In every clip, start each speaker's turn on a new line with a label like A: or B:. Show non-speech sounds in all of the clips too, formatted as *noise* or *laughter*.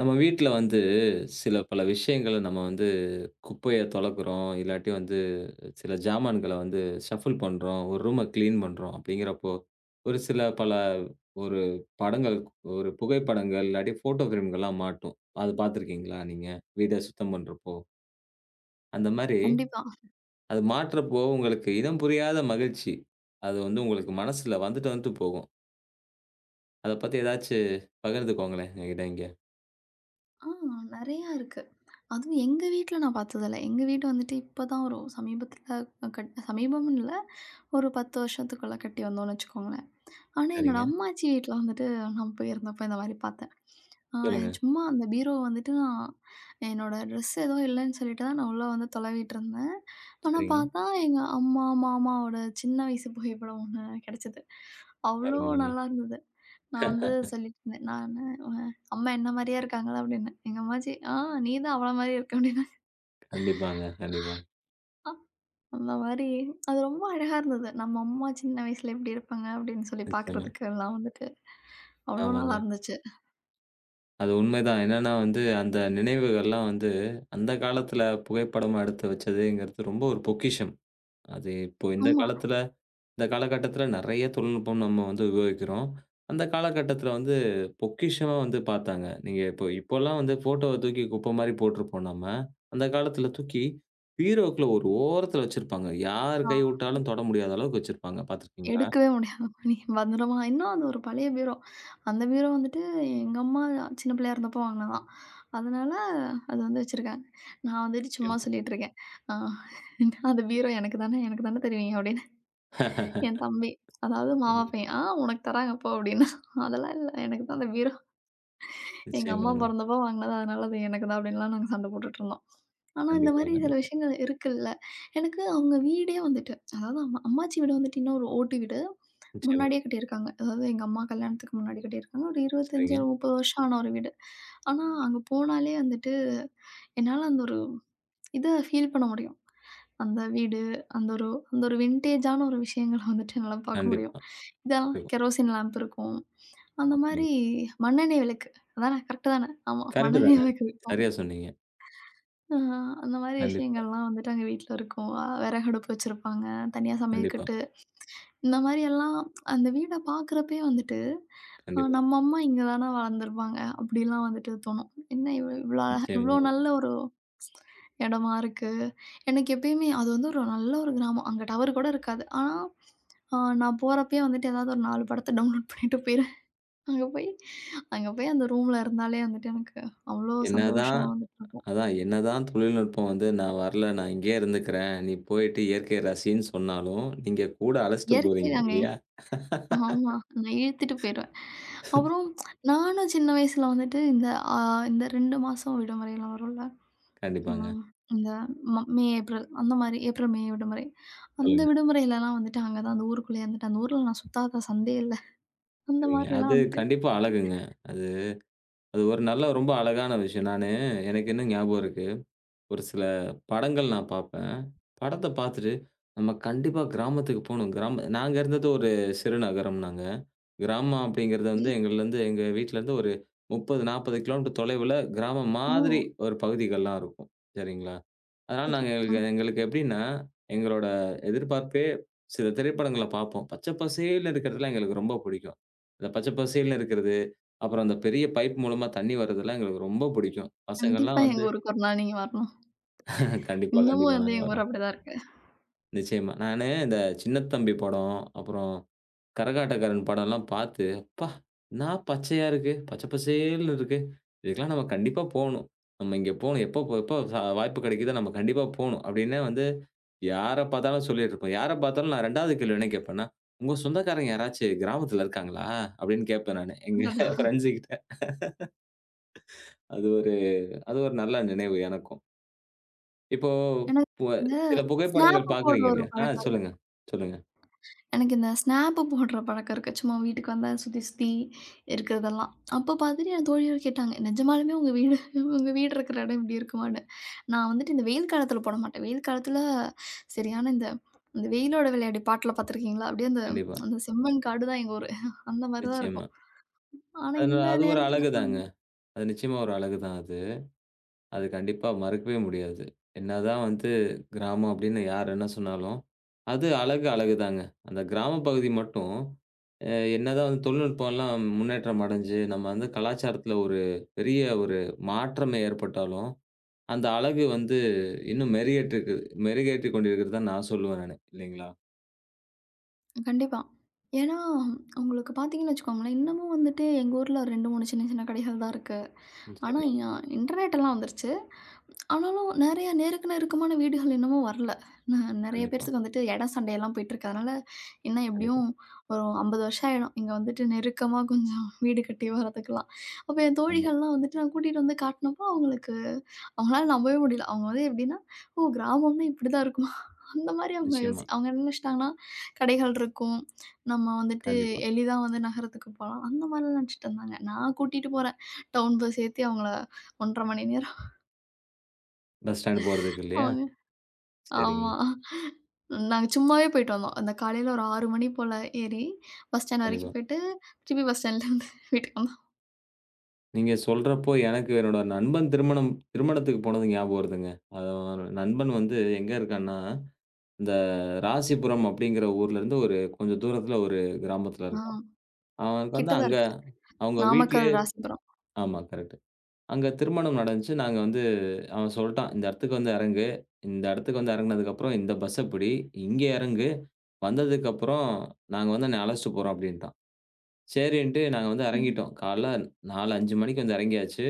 A: நம்ம வீட்ல வந்து சில பல விஷயங்கள நம்ம வந்து குப்பைய தொலக்குறோம். இல்லாட்டி வந்து சில ஜாமான்கள வந்து ஷஃபில் பண்றோம். ஒரு ரூம கிளீன் பண்றோம். அப்படிங்கிறப்போ, ஒரு சில பல ஒரு படங்கள், ஒரு புகைப்படங்கள் இல்லாட்டி ஃபோட்டோ ஃபிரேம்கள்லாம் மாட்டும். அது பார்த்துருக்கீங்களா நீங்க? வீட சுத்தம் பண்றப்போ? அந்த மாரி
B: கண்டிப்பா.
A: அது மாட்றப்போ உங்களுக்கு இனம் புரியாத மகிழ்ச்சி. அது வந்து உங்களுக்கு மனசுல வந்துட்டு வந்துட்டு போகும். அத பத்தி ஏதாச்சு பகிர்ந்துக்கோங்களேன் என்கிட்ட இங்க.
B: ஆ நெறையா இருக்கு. அதுவும் எங்க வீட்ல நான் பார்த்ததில்ல. எங்க வீடு வந்துட்டு இப்பதான் ஒரு சமீபத்தில சமீபம்னு இல்ல, ஒரு 10 வருஷத்துக்குள்ள கட்டி வந்தோம்னு வச்சுக்கோங்களேன். ஆனா, என்னோட
A: சரிங்க.
B: அம்மாச்சி வீட்ல வந்துட்டு நான் போயிருந்தப்ப இந்த மாரி பார்த்தேன். ஆ
A: சொல்லுங்க.
B: சும்மா அந்த பீரோவ வந்துட்டு நான் என்னோட ட்ரெஸ் ஏதோ இல்லன்னு சொல்லிட்டு தான் நான் உள்ள வந்து தொலவிட்டு இருந்தேன். ஆனா,
A: சரிங்க.
B: பார்த்தா எங்க அம்மா, மாமாவோட சின்ன வயசு புகைப்படம் ஒண்ணு கெடைச்சது. அவ்ளோ
A: அருமைங்க.
B: நல்லா இருந்தது. நான் வந்து சொல்லிட்டுருந்தேன். நானு "அம்மா என்ன மாரியா இருக்காங்களா?" அப்டின்னேன். எங்க அம்மாச்சி, நீ தான் அவள மாரி இருக்க" அப்டின்னாங்க.
A: கண்டிப்பாங்க, கண்டிப்பா.
B: அ அந்த மாரி அது ரொம்ப அழகா இருந்தது. நம்ம அம்மா சின்ன வயசுல எப்டி இருப்பாங்க அப்டின்னு சொல்லி
A: நிச்சயமா.
B: பார்க்குறதுக்கு எல்லாம் வந்துட்டு, அவ்ளோ
A: ஆமாங்க.
B: நல்லா இருந்துச்சு.
A: அது உண்மைதான். என்னன்னா வந்து, அந்த நினைவுகள்லாம் வந்து, அந்த காலத்துல புகைப்படமா எடுத்து வச்சதுங்கிறது ரொம்ப ஒரு பொக்கிஷம். அது இப்போ இந்த
B: ஆமா.
A: காலத்துல இந்த காலகட்டத்துல நெறைய தொழில்நுட்பம் நம்ம வந்து உபயோகிக்கிறோம். அந்த காலகட்டத்துல வந்து பொக்கிஷமா வந்து பாத்தாங்க. நீங்க இப்போ இப்போலாம் வந்து ஃபோட்டோவ தூக்கி குப்பை மாரி போட்டுருப்போம் நம்ம. அந்த காலத்துல தூக்கி பீரோக்குள்ள ஒரு ஓரத்துல வச்சிருப்பாங்க. யார்
B: ஆ
A: கை விட்டாலும் தொட முடியாத அளவுக்கு வச்சிருப்பாங்க. பாத்துருக்கீங்களா?
B: எடுக்கவே முடியாது. *laughs* மணி பத்திரமா இன்னும் அது ஒரு பழைய பீரோ. அந்த பீரோ வந்துட்டு எங்க அம்மா சின்ன பிள்ளையா இருந்தப்போ வாங்குனதாம். அதனால அது வந்து வச்சிருக்காங்க. நான் வந்துட்டு சும்மா சொல்லிட்டுருக்கேன். "ஆ *laughs* அந்த பீரோ எனக்கு தானே, எனக்கு தானே தருவீங்க" அப்டின்னு. என் தம்பி. அதாவது மாமா பையன். உனக்கு தராங்க போ" அப்படின்னா, "அதெல்லாம் இல்ல. எனக்கு தான் அந்த பீரோ எங்க அம்மா
A: நிச்சயமாங்க.
B: பொறந்தப்போ வாங்கினது. அதனால அது எனக்கு தான்" அப்படின்லாம் நாங்க சண்டை போட்டுட்டுருந்தோம். ஆனா இந்த
A: கண்டிப்பா,
B: மாரி சில
A: கண்டிப்பா.
B: விஷயங்கள் இருக்குல்ல. எனக்கு அவங்க வீடே வந்துட்டு அதாவது அம்மா அம்மாச்சி வீடு வந்துட்டு இன்னும் ஒரு ஓட்டு வீடு.
A: நிச்சயமா.
B: முன்னாடியே கட்டியிருக்காங்க. அதாவது எங்க அம்மா கல்யாணத்துக்கு முன்னாடி கட்டியிருக்காங்க. ஒரு 25,
A: சரிங்க.
B: ஒரு 30 வருஷம் ஆன ஒரு வீடு. ஆனா அங்க போனாலே வந்துட்டு என்னால அந்த ஒரு இத ஃபீல் பண்ண முடியும். அந்த வீடு, அந்த ஒரு வின்டேஜான ஒரு விஷயங்கள வந்துட்டு என்னால பார்க்க முடியும்.
A: கண்டிப்பா.
B: இதெல்லாம் கெரோசின் லேம்ப் இருக்கும். அந்த
A: ஓகேங்க.
B: மாரி மண்ணெண்ணெய் விளக்கு. அதானே? கரெக்ட்டு தானே? ஆமா.
A: கரெக்ட்டு
B: மண்ணெண்ணெய்
A: தாங்க.
B: விளக்கு இருக்கும்.
A: சரியா சொன்னீங்க.
B: ஆ அந்த மாரி
A: கண்டிப்பா,
B: விஷயங்கள்லாம் வந்துட்டு அங்க வீட்ல இருக்கும். விறகு அடுப்பு வச்சிருப்பாங்க. தனியா
A: கண்டிப்பா,
B: சமையக்கட்டு. இந்த மாரியெல்லாம் அந்த வீட பார்க்குறப்பயே வந்துட்டு,
A: கண்டிப்பா.
B: நம்ம அம்மா இங்க தான வளர்ந்துருப்பாங்க. அப்படிலாம் வந்துட்டு தோணும். என்ன இவ்ளோ அழகா இவ்ளோ
A: நிச்சயமா.
B: நல்ல ஒரு இடமா இருக்கு. எனக்கு எப்பயுமே அது வந்து ஒரு நல்ல ஒரு கிராமம். அங்க டவர் கூட இருக்காது. ஆனா, அ நான் போறப்பயே வந்துட்டு ஏதாவது ஒரு 4 படத்த டவுன்லோட் பண்ணிட்டு போயிருவேன். அங்க போய் அங்க போய் அந்த ரூம்ல இருந்தாலே வந்துட்டு எனக்கு அவ்ளோ
A: என்னதான்
B: சந்தோஷமா வந்துட்டு இருக்கும்.
A: அதான் என்னதான் தொழில்நுட்பம் வந்து நான் வரல, நான் இங்கேயே இருந்துக்கிறேன். நீ போயிட்டு இயற்கைய ரசின்னு சொன்னாலும், நீங்க கூட அழைச்சிட்டு
B: இயற்கை
A: போறீங்க
B: அங்கே
A: இல்லையா?
B: ஆமா. நான் இழுத்துட்டு போயிருவேன். அப்புறம் நானும் சின்ன வயசுல வந்துட்டு அ இந்த 2 மாசம் விடுமுறைலாம் வரும்ல.
A: கண்டிப்பாங்க.
B: ம். இந்த மே, ஏப்ரல் அந்த மாரி ஏப்ரல், மே விடுமுறை. அந்த
A: சொல்லுங்க.
B: விடுமுறையிலலாம் வந்துட்டு அங்க தான் அந்த ஊருக்குள்ளேயே இருந்துட்டு, அந்த ஊர்ல நான் சுத்தாத சந்தே இல்ல. அந்த
A: சரிங்க.
B: மாரிலாம்
A: அது
B: வந்துட்டு
A: கண்டிப்பா அழகுங்க. அது அது ஒரு நல்ல ரொம்ப அழகான விஷயம். நானு எனக்கு இன்னும் ஞாபகம் இருக்கு. ஒரு சில படங்கள் நான் பார்ப்பேன். படத்த பார்த்துட்டு, நம்ம கண்டிப்பா கிராமத்துக்கு போணும். கிராம நாங்க இருந்தது ஒரு சிறு நகரம் நாங்க. கிராமம் அப்படிங்கிறது
B: சரி.
A: வந்து எங்கள்லருந்து எங்க வீட்லருந்து ஒரு 30, 40 கிலோமீட்டர் தொலைவுல கிராமம்
B: ஓ!
A: மாதிரி ஒரு பகுதிகள்லாம் இருக்கும். சரிங்களா? அதனால
B: சரி.
A: நாங்க
B: ம்.
A: எங்களுக்கு எங்களுக்கு எப்படின்னா, எங்களோட எதிர்பார்ப்பே சில திரைப்படங்கள பார்ப்போம். பச்சை பசேல்னு இருக்கிறதுலாம் எங்களுக்கு ரொம்ப பிடிக்கும். இந்த பச்சை பசேல்னு இருக்கிறது, அப்புறம் அந்த பெரிய பைப் மூலமா தண்ணி வர்றதெல்லாம் எங்களுக்கு ரொம்ப பிடிக்கும். பசங்கள்லாம்
B: கண்டிப்பா
A: வந்து
B: எங்க ஊருக்கு ஒரு நாள் நீங்க வரணும்.
A: *laughs* கண்டிப்பா,
B: இன்னமும்
A: கண்டிப்பா
B: வந்து
A: நாங்க
B: எங்க ஊர்
A: வரோம்.
B: அப்படிதான் இருக்கு.
A: நிச்சயமா. நானு இந்த சின்னத்தம்பி படம், அப்புறம் கரகாட்டக்காரன் படம்லாம் பார்த்து, "அப்பா! என்னா பச்சையா இருக்கு. பச்சை பசேல்னு இருக்கு. இதுக்கெல்லாம் நம்ம கண்டிப்பா போணும். நம்ம இங்க போணும். எப்போ போ எப்போ வாய்ப்பு கிடைக்குதோ நம்ம கண்டிப்பா போணும்." அப்படின்னு வந்து யார பார்த்தாலும் சொல்லிட்டுருப்போம். யார பார்த்தாலும் நான் 2வது கேள்வி என்ன கேட்பேன்னா, "உங்க சொந்தக்காரங்க யாராச்சு கிராமத்துல இருக்காங்களா?" அப்படின்னு கேட்பேன் நானு. எங்க
B: அடடா!
A: ஃபிரெண்ட்ஸு கிட்ட. அது ஒரு அது ஒரு நல்ல நினைவு எனக்கும். இப்போ
B: எனக்கு
A: பு
B: இந்த
A: சில
B: ஸ்னாப்
A: புகைப்படங்கள்
B: போடுற
A: பார்க்குறீங்க
B: ஒரு
A: இல்லையா? ஆ
B: பழக்கம்
A: சொல்லுங்க, சொல்லுங்க.
B: எனக்கு இந்த ஸ்னாப்பு போடுற பழக்கம் இருக்கு. சும்மா வீட்டுக்கு வந்தா சுத்தி சுத்தி இருக்கிறதெல்லாம். அப்ப பார்த்துட்டு என் தோழியர் கேட்டாங்க, "நிஜமாலுமே உங்க வீடு இருக்கிற இடம் இப்படி இருக்குமான்னு?" நான் வந்துட்டு இந்த வெயில் காலத்தில போட மாட்டேன். வெயில் காலத்தில சரியான இந்த இந்த வெயிலோட விளையாடி பாட்டுல பார்த்துருக்கீங்களா? அப்படியே அந்த
A: கண்டிப்பா.
B: அந்த செம்மண் காடு தான் எங்க ஊரு. அந்த மாரி தான்
A: நிச்சயமா.
B: இருக்கும். ஆனா
A: அது
B: இந்த
A: அது ஒரு
B: நேரத்தில
A: அழகுதாங்க. அது நிச்சயமா ஒரு அழகுதான் அது. அது கண்டிப்பா மறுக்கவே முடியாது. என்னதான் வந்து கிராமம் அப்படின்னு யார் என்ன சொன்னாலும், அது அழகு அழகுதாங்க. அந்த கிராம பகுதி மட்டும் அ என்னதான் வந்து தொழில்நுட்பம்லாம் முன்னேற்றம் அடைஞ்சு, நம்ம வந்து கலாச்சாரத்தில ஒரு பெரிய ஒரு மாற்றமே ஏற்பட்டாலும், அந்த அழகு வந்து இன்னும் மெருகேற்றிருக்கு மெருகேற்றிக் கொண்டிருக்கிறது தான் நான் சொல்லுவேன் நானு. இல்லைங்களா?
B: கண்டிப்பா. ஏன்னா, உங்களுக்கு பார்த்தீங்கன்னு வச்சுக்கோங்களேன், இன்னமும் வந்துட்டு எங்க ஊர்ல 2, 3 சின்ன சின்ன கடைகள் தான் இருக்கு. ஆனா,
A: நிச்சயமா.
B: இன்டர்நெட் எல்லாம் வந்துருச்சு. ஆனாலும் நெறைய நேருக்கு நெருக்கமான வீடுகள் இன்னமும் வரல. ந நெறைய
A: கண்டிப்பா,
B: பேர்த்துக்கு வந்துட்டு இடம் சண்டையெல்லாம் போயிட்டுருக்கு. அதனால இன்னும்
A: கண்டிப்பா.
B: எப்படியும் ஒரு 50 வருஷம் ஆயிடும். இங்க வந்துட்டு நெருக்கமா கொஞ்சம் வீடு கட்டி வரதுக்கெல்லாம். அப்ப என்
A: ஆமா.
B: தோழிகள்லாம் வந்துட்டு நான் கூட்டிட்டு வந்து காட்டுனப்போ, அவங்களுக்கு அவங்களால நம்பவே முடியல. அவங்க வந்து எப்படின்னா, "ஓ! கிராமம்னா இப்படிதான் இருக்குமா?" அந்த மாரி
A: நிச்சயமா.
B: அவங்க என்ன நெனச்சுட்டாங்கன்னா, கடைகள் இருக்கும். நம்ம வந்துட்டு
A: கண்டிப்பா.
B: எளிதா வந்து நகரத்துக்கு போலாம். அந்த மாரிலாம் நெனச்சுட்டு இருந்தாங்க. நான் கூட்டிட்டு போறேன். டவுன் பஸ் ஏத்தி அவங்கள 1 1/2 மணி நேரம்
A: பஸ் ஸ்டாண்ட் போறதுக்கு இல்லையா?
B: அவங்க.
A: சரிங்க.
B: ஆமா. நாங்க சும்மாவே போயிட்டு வந்தோம். அந்த காலையில ஒரு 6 மணி போல ஏறி, பஸ் ஸ்டாண்ட்
A: கண்டிப்பா.
B: வரைக்கும் போயிட்டு, திருப்பி பஸ் ஸ்டாண்ட்லருந்து *laughs* வீட்டுக்கு வந்தோம்.
A: நீங்க சொல்றப்போ, எனக்கு என்னோட நண்பன் திருமணத்துக்கு போனது ஞாபகம் வருதுங்க. அது ஒரு நண்பன் வந்து எங்க இருக்கான்னா, இந்த ராசிபுரம் அப்படிங்கிற ஊர்லருந்து ஒரு கொஞ்சம் தூரத்துல ஒரு கிராமத்துல
B: ஆ
A: இருக்கான். அவனுக்கு
B: கிட்ட
A: வந்து
B: தான்
A: அங்க
B: இருக்கு.
A: அவங்க
B: நாமக்கல்,
A: வீட்லயே
B: ராசிபுரம்.
A: ஆமா கரெக்ட். அங்க திருமணம் நடந்துச்சு. நாங்க வந்து அவன் சொல்ட்டான், "இந்த இடத்துக்கு வந்து இறங்கு. இந்த இடத்துக்கு வந்து இறங்குனதுக்கப்புறம் இந்த பஸ்ஸ பிடி. இங்க இறங்கு. வந்ததுக்கப்புறம் நாங்க வந்து உன்னை அழைச்சுட்டு போறோம்" அப்படின்ட்டான். சரின்ட்டு நாங்க வந்து
B: ம்.
A: இறங்கிட்டோம். காலைல 4, 5 மணிக்கு வந்து இறங்கியாச்சு.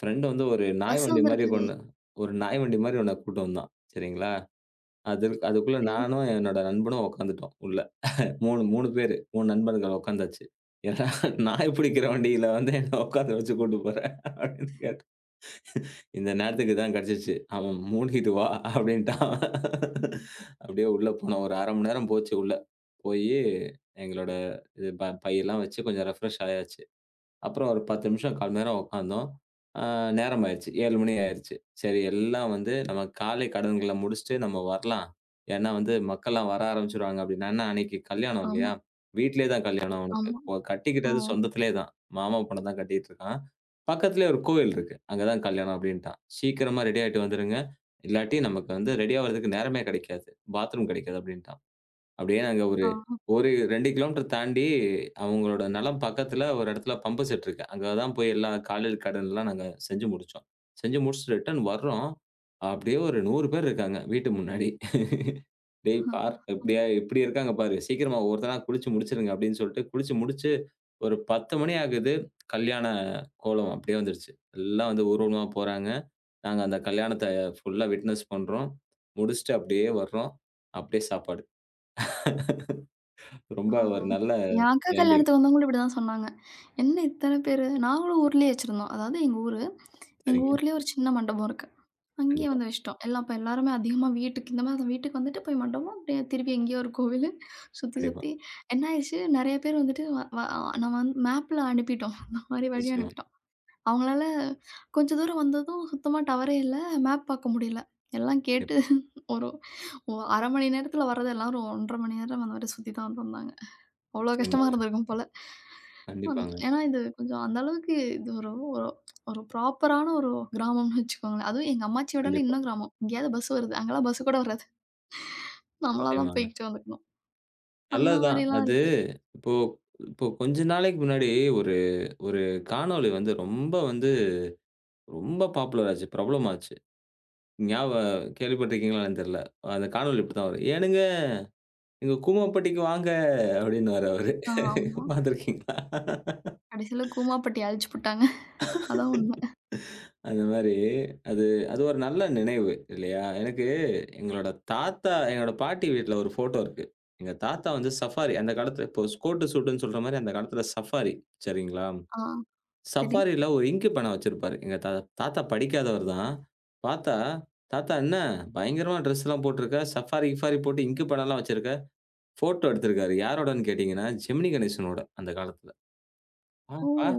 A: ஃப்ரெண்ட் வந்து ஒரு நாய்
B: பஸ்
A: வண்டி மாரி
B: வந்திருக்குதே!
A: ஒண்ணு ஒரு நாய் வண்டி மாரி ஒண்ண கூட்டு வந்தான். சரிங்களா? அது அதுக்குள்ள
B: சரி.
A: நானும் என்னோட நண்பனும் உட்காந்துட்டோம் உள்ள. 3 பேரு 3 நண்பர்கள் உட்காந்தாச்சு. ஏன்னா நாய் பிடிக்கிற வண்டியில வந்து என்ன உட்காந்து வச்சு கூட்டு போற அப்படின்னு கேட்டு இந்த நேரத்துக்கு தான் கிடைச்சிச்சு. அவன் மூழ்கிட்டு வா அப்படின்ட்டான். அப்படியே உள்ள போனோம். ஒரு 1/2 மணி நேரம் போச்சு உள்ள. போயி எங்களோட இது பையெல்லாம் வச்சு கொஞ்சம் ரெஃப்ரெஷ் ஆயாச்சு. அப்புறம் ஒரு 10 நிமிஷம், 1/4 மணி நேரம் உட்கார்ந்தோம். அ நேரம் ஆயிருச்சு. 7 மணி ஆயிருச்சு. சரி எல்லாம் வந்து நம்ம காலை கடன்கள முடிச்சுட்டு நம்ம வரலாம். ஏன்னா வந்து மக்கள்லாம் வர ஆரம்பிச்சுருவாங்க அப்டின்னா, ஏன்னா அன்னைக்கு கல்யாணம்
B: ஆமா,
A: இல்லையா? வீட்லயே தான் கல்யாணம் அவனுக்கு.
B: ஆமா.
A: இப்போ
B: ஓ!
A: கட்டிக்கிட்டது சொந்தத்திலே தான். மாமா பொண்ண தான் கட்டிட்டு இருக்கான். பக்கத்திலேயே ஒரு கோவில் இருக்கு. அங்க தான் கல்யாணம் அப்டின்ட்டான். சீக்கிரமா ரெடி ஆயிட்டு வந்துருங்க. இல்லாட்டி நமக்கு வந்து ரெடி ஆவறதுக்கு நேரமே கிடைக்காது. பாத்ரூம் கிடைக்காது அப்டின்ட்டான். அப்படியே நாங்க ஒரு
B: ஆ,
A: ஒரு 2 கிலோமீட்டர் தாண்டி அவங்களோட நிலம் பக்கத்துல ஒரு இடத்துல பம்பு செட் இருக்கு. அங்க தான் போய் எல்லா கால்நடை கடன் எல்லாம் நாங்க செஞ்சு முடிச்சோம். செஞ்சு முடிச்சுட்டு ரிட்டர்ன் வர்றோம். அப்படியே ஒரு 100 பேர் இருக்காங்க வீட்டு முன்னாடி. "டேய் பார்
B: ஆமா.
A: இப்படியா இப்படி இருக்காங்க பாரு. சீக்கிரமா ஒவ்வொருத்தனா குளிச்சு முடிச்சுருங்க" அப்படின்னு சொல்லிட்டு குளிச்சு முடிச்சு ஒரு 10 மணி ஆகுது. கல்யாண கோலம் அப்படியே வந்துருச்சு. எல்லாம் வந்து ஊர்வலமா போறாங்க. நாங்க அந்த கல்யாணத்த ஃபுல்லா விட்னஸ் பண்றோம். முடிச்சுட்டு அப்படியே வர்றோம். அப்படியே சாப்பாடு. ரொம்ப
B: ஆ.
A: ஒரு நல்ல
B: என் அக்கா
A: எண்டிங்.
B: கல்யாணத்துக்கு வந்தவங்களும் இப்படி தான் சொன்னாங்க. என்ன இத்தன பேரு? நாங்களும் ஊர்லயே வச்சிருந்தோம். அதாவது எங்க ஊரு. எங்க
A: சரிங்க.
B: ஊர்லயே ஒரு சின்ன மண்டபம் இருக்கு. அங்கேயே
A: கண்டிப்பா,
B: வந்து வச்சுட்டோம். எல்லாம் அப்ப எல்லாருமே அதிகமா வீட்டுக்கு இந்த மாரி வீட்டுக்கு வந்துட்டு போய் மண்டபம், அப்படியே திருப்பி எங்கேயோ ஒரு கோவிலு சுத்தி,
A: கண்டிப்பா.
B: சுத்தி என்ன ஆயிருச்சு நெறைய பேர் வந்துட்டு வ வ நம்ம வந்து மேப்ல அனுப்பிட்டோம். இந்த மாரி வழி
A: நிச்சயமா,
B: அனுப்பிட்டோம். அவங்களால கொஞ்சம் தூரம் வந்ததும் சுத்தமா டவரே இல்ல. மேப் பார்க்க முடியல. எல்லாம் கேட்டு
A: கண்டிப்பா.
B: ஒரு 1/2 மணி நேரத்துல வர்றது எல்லாரும் 1 1/2 மணி நேரம் அந்த மாரி சுத்தி தான் வந்திருந்தாங்க. அவ்வளோ கஷ்டமா
A: நிச்சயமாங்க.
B: இருந்திருக்கும் போல.
A: கண்டிப்பாங்க.
B: ஏன்னா இது கொஞ்சம் அந்த அளவுக்கு இது ஒரு ஒரு ஒரு ப்ராப்பரான ஒரு கிராமம்னு வச்சுக்கோங்களேன். அதுவும் எங்க அம்மாச்சி வீடெல்லாம்
A: கண்டிப்பா.
B: இன்னும் கிராமம். எங்கேயாவது பஸ் வருது. அங்கலாம் பஸ் கூட வராது. நம்மளா தான்
A: நிச்சயமாங்க.
B: போய்க்கிட்டு வந்துக்கணும். அந்த
A: நல்லதுதான்.
B: மாரிலாம்
A: அது
B: இருக்கு.
A: இப்போ இப்போ கொஞ்ச நாளைக்கு முன்னாடி ஒரு ஒரு காணொளி வந்து ரொம்ப வந்து ரொம்ப பாப்புலர் ஆச்சு. பிரபலம் ஆச்சு. ஞாபகம் கேள்விப்பட்டிருக்கீங்களா என்னன்னு தெரியல. அந்த காணொளி இப்படித்தான் வரும். "ஏனுங்க, எங்க கூமப்பட்டிக்கு வாங்க" அப்படின்னு வர்றவரு.
B: ஆமா.
A: பார்த்திருக்கீங்களா?
B: கடைசியில கூமாப்பட்டி அழிச்சு புட்டாங்க. அதான் உண்மை.
A: அந்த மாரி, அது அது ஒரு நல்ல நினைவு இல்லையா? எனக்கு எங்களோட தாத்தா என்னோட பாட்டி வீட்ல ஒரு ஃபோட்டோ இருக்கு. எங்க தாத்தா வந்து சஃபாரி அந்த காலத்துல இப்போ கோட்டு சூட்டுன்னு சொல்ற மாரி அந்த காலத்துல சஃபாரி சரிங்களா?
B: ஆ சரி.
A: சஃபாரில ஒரு இங்க் பேனா வச்சிருப்பாரு. எங்க தாத்தா படிக்காதவர் தான். பாத்தா, "தாத்தா என்ன பயங்கரமா ட்ரெஸ்லாம் போட்டுருக்க, சஃபாரி கிஃபாரி போட்டு இங்க் பேனாலாம் வச்சிருக்க, ஃபோட்டோ எடுத்திருக்காரு." யாரோடன்னு கேட்டீங்கன்னா, ஜெமினி கணேசனோட அந்த
B: ஓ!
A: காலத்துல.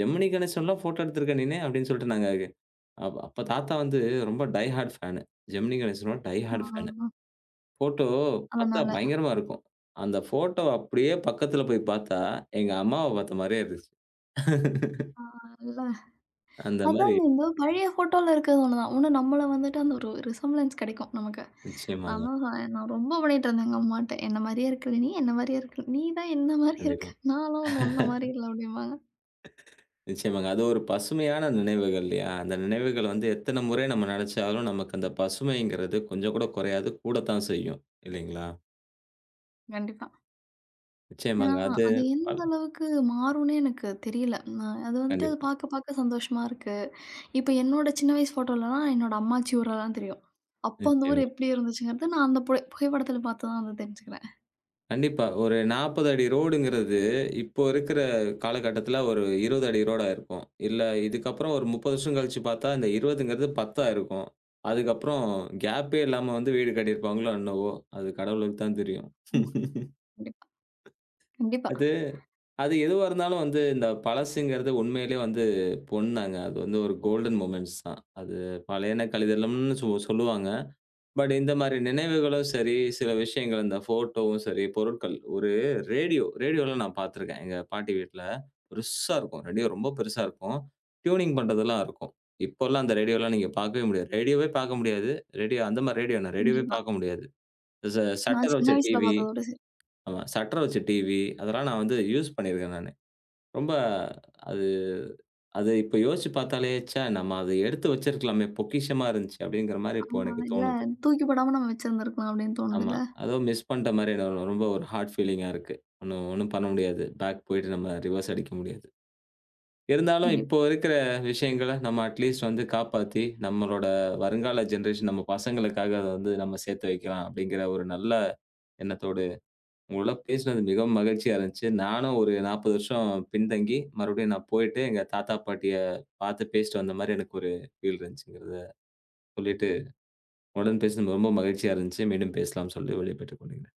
A: "ஜெமினி கணேசன்லாம் ஃபோட்டோ எடுத்திருக்க நீனு?" அப்படின்னு சொல்லிட்டு நாங்க அப்ப தாத்தா வந்து ரொம்ப டை ஹார்ட் ஃபேனு. ஜெமினி கணேசனோட die
B: ah
A: hard fan. Photo பார்த்தா
B: அதனால.
A: பயங்கரமா இருக்கும். அந்த ஃபோட்டோவ அப்படியே பக்கத்துல போய் பார்த்தா, எங்க அம்மாவ பார்த்த மாரியே இருந்துச்சு.
B: அதுதான்.
A: அந்த மாரி
B: அதாங்க இந்த பழைய ஃபோட்டோல இருக்கிறது ஒண்ணுதான். ஒண்ணு நம்மள வந்துட்டு அந்த ஒரு ரிசம்பளன்ஸ் கிடைக்கும் நமக்கு.
A: நிச்சயமாங்க.
B: நான் தான் சொன்னேன், நான் ரொம்ப பண்ணிட்டு இருந்தேன் எங்க அம்மாட்ட. "என்ன மாரியே இருக்கல நீ, என்ன மாரியே இருக்க நீ தான் என்ன மாரி இருக்க.
A: கண்டிப்பா.
B: நான்லாம் ஒண்ணு உன்ன மாரி இல்ல" அப்படிம்பாங்க.
A: நிச்சயமாங்க. அது ஒரு பசுமையான நினைவுகள் இல்லையா? அந்த நினைவுகள் வந்து எத்தன முறை நம்ம நெனச்சாலும், நமக்கு அந்த பசுமைங்கிறது கொஞ்சம் கூட குறையாது. கூடத்தான் செய்யும். இல்லைங்களா?
B: கண்டிப்பா. ஏன்னா,
A: நிச்சயமாங்க. அது
B: அது எந்த
A: பல்
B: அளவுக்கு மாறும்னே எனக்கு தெரியல. நான் அது வந்துட்டு அது
A: கண்டிப்பா.
B: பாக்க பாக்க சந்தோஷமா இருக்கு. இப்ப என்னோட சின்ன வயசு ஃபோட்டோலலாம் என்னோட அம்மாச்சி ஊரெல்லாம் தெரியும். அப்போ அந்த ஊர்
A: நிச்சயமா.
B: எப்படி இருந்துச்சுங்கிறது நான் அந்த புகைப்படத்துல பார்த்து தான் வந்து தெரிஞ்சுக்கிறேன்.
A: கண்டிப்பா. ஒரு 40 அடி ரோடுங்கிறது, இப்போ இருக்கிற காலகட்டத்தில ஒரு 20 அடி ரோடா இருக்கும். இல்ல இதுக்கப்புறம் ஒரு 30 வருஷம் கழிச்சு பார்த்தா, இந்த 20ங்கிறது 10 இருக்கும். அதுக்கப்புறம் கேப்பே இல்லாம வந்து வீடு கட்டியிருப்பாங்களோ என்னவோ! அது கடவுளுக்கு தான் தெரியும்.
B: ஆமா. கண்டிப்பா, கண்டிப்பா,
A: அது அது எதுவா இருந்தாலும் வந்து இந்த பழசுங்கிறது உண்மையிலேயே வந்து பொன் தாங்க. அது வந்து ஒரு கோல்டன் மொமெண்ட்ஸ் தான். அது பழையன கழிதலும்னு சொல்லுவாங்க. பட் இந்த மாரி நினைவுகளும் சரி, சில விஷயங்கள் இந்த ஃபோட்டோவும் சரி, பொருட்கள் ஒரு ரேடியோ, ரேடியோலாம் நான் பார்த்துருக்கேன். எங்க பாட்டி வீட்ல பெருசா இருக்கும். ரேடியோ ரொம்ப பெருசா இருக்கும். டியூனிங் பண்றதெல்லாம் இருக்கும். இப்போலாம் அந்த ரேடியோலாம் நீங்க பார்க்கவே முடியாது. ரேடியோவே பார்க்க முடியாது. ரேடியோ அந்த மாரி ரேடியோ நான் ரேடியோவே
B: கண்டிப்பா.
A: பார்க்க முடியாது. ச
B: நான்
A: ஷட்டர்
B: சின்ன
A: வச்ச
B: வயசுல
A: டிவி
B: பார்த்ததோட சரி.
A: ஆமா. ஷட்டர் வச்ச டிவி அதெல்லாம் நான் வந்து யூஸ் பண்ணியிருக்கேன் நானு. ரொம்ப அது அது இப்ப யோசிச்சு பார்த்தாலே, ச்சே! நம்ம அத எடுத்து வச்சிருக்கலாமே! பொக்கிஷமா இருந்துச்சு. அப்படிங்கிற மாரி
B: ஆ,
A: இப்போ எனக்கு
B: இல்ல
A: தோணுது.
B: தூக்கி போடாம நம்ம வச்சிருந்திருக்கலாம் அப்படின்னு
A: ஆமா.
B: தோணுதுல்ல?
A: ஏதோ மிஸ் பண்ட்ட மாரி எனக்கு ரொம்ப ஒரு ஹார்ட் ஃபீலிங்கா இருக்கு. ஒண்ணும் ஒண்ணும் பண்ண முடியாது. பேக் போயிட்டு நம்ம ரிவர்ஸ் அடிக்க முடியாது. இருந்தாலும் இப்போ
B: கண்டிப்பா.
A: இருக்கிற விஷயங்கள நம்ம அட்லீஸ்ட் வந்து காப்பாத்தி, நம்மளோட வருங்கால ஜெனரேஷன் நம்ம பசங்களுக்காக அத வந்து நம்ம சேர்த்து வைக்கலாம் அப்படிங்கிற ஒரு நல்ல எண்ணத்தோடு உங்களோட பேசினது மிகவும் மகிழ்ச்சியா இருந்துச்சு. நானும் ஒரு 40 வருஷம் பின்தங்கி, மறுபடியும் நான் போயிட்டு எங்க தாத்தா, பாட்டிய பார்த்து பேசிட்டு வந்த மாரி எனக்கு ஒரு ஃபீல் இருந்துச்சுங்கிறத சொல்லிட்டு, உங்களுடன் பேசினது ரொம்ப மகிழ்ச்சியா இருந்துச்சு. மீண்டும் பேசலாம்னு சொல்லி விடைபெற்றுக் கொள்கிறேன்.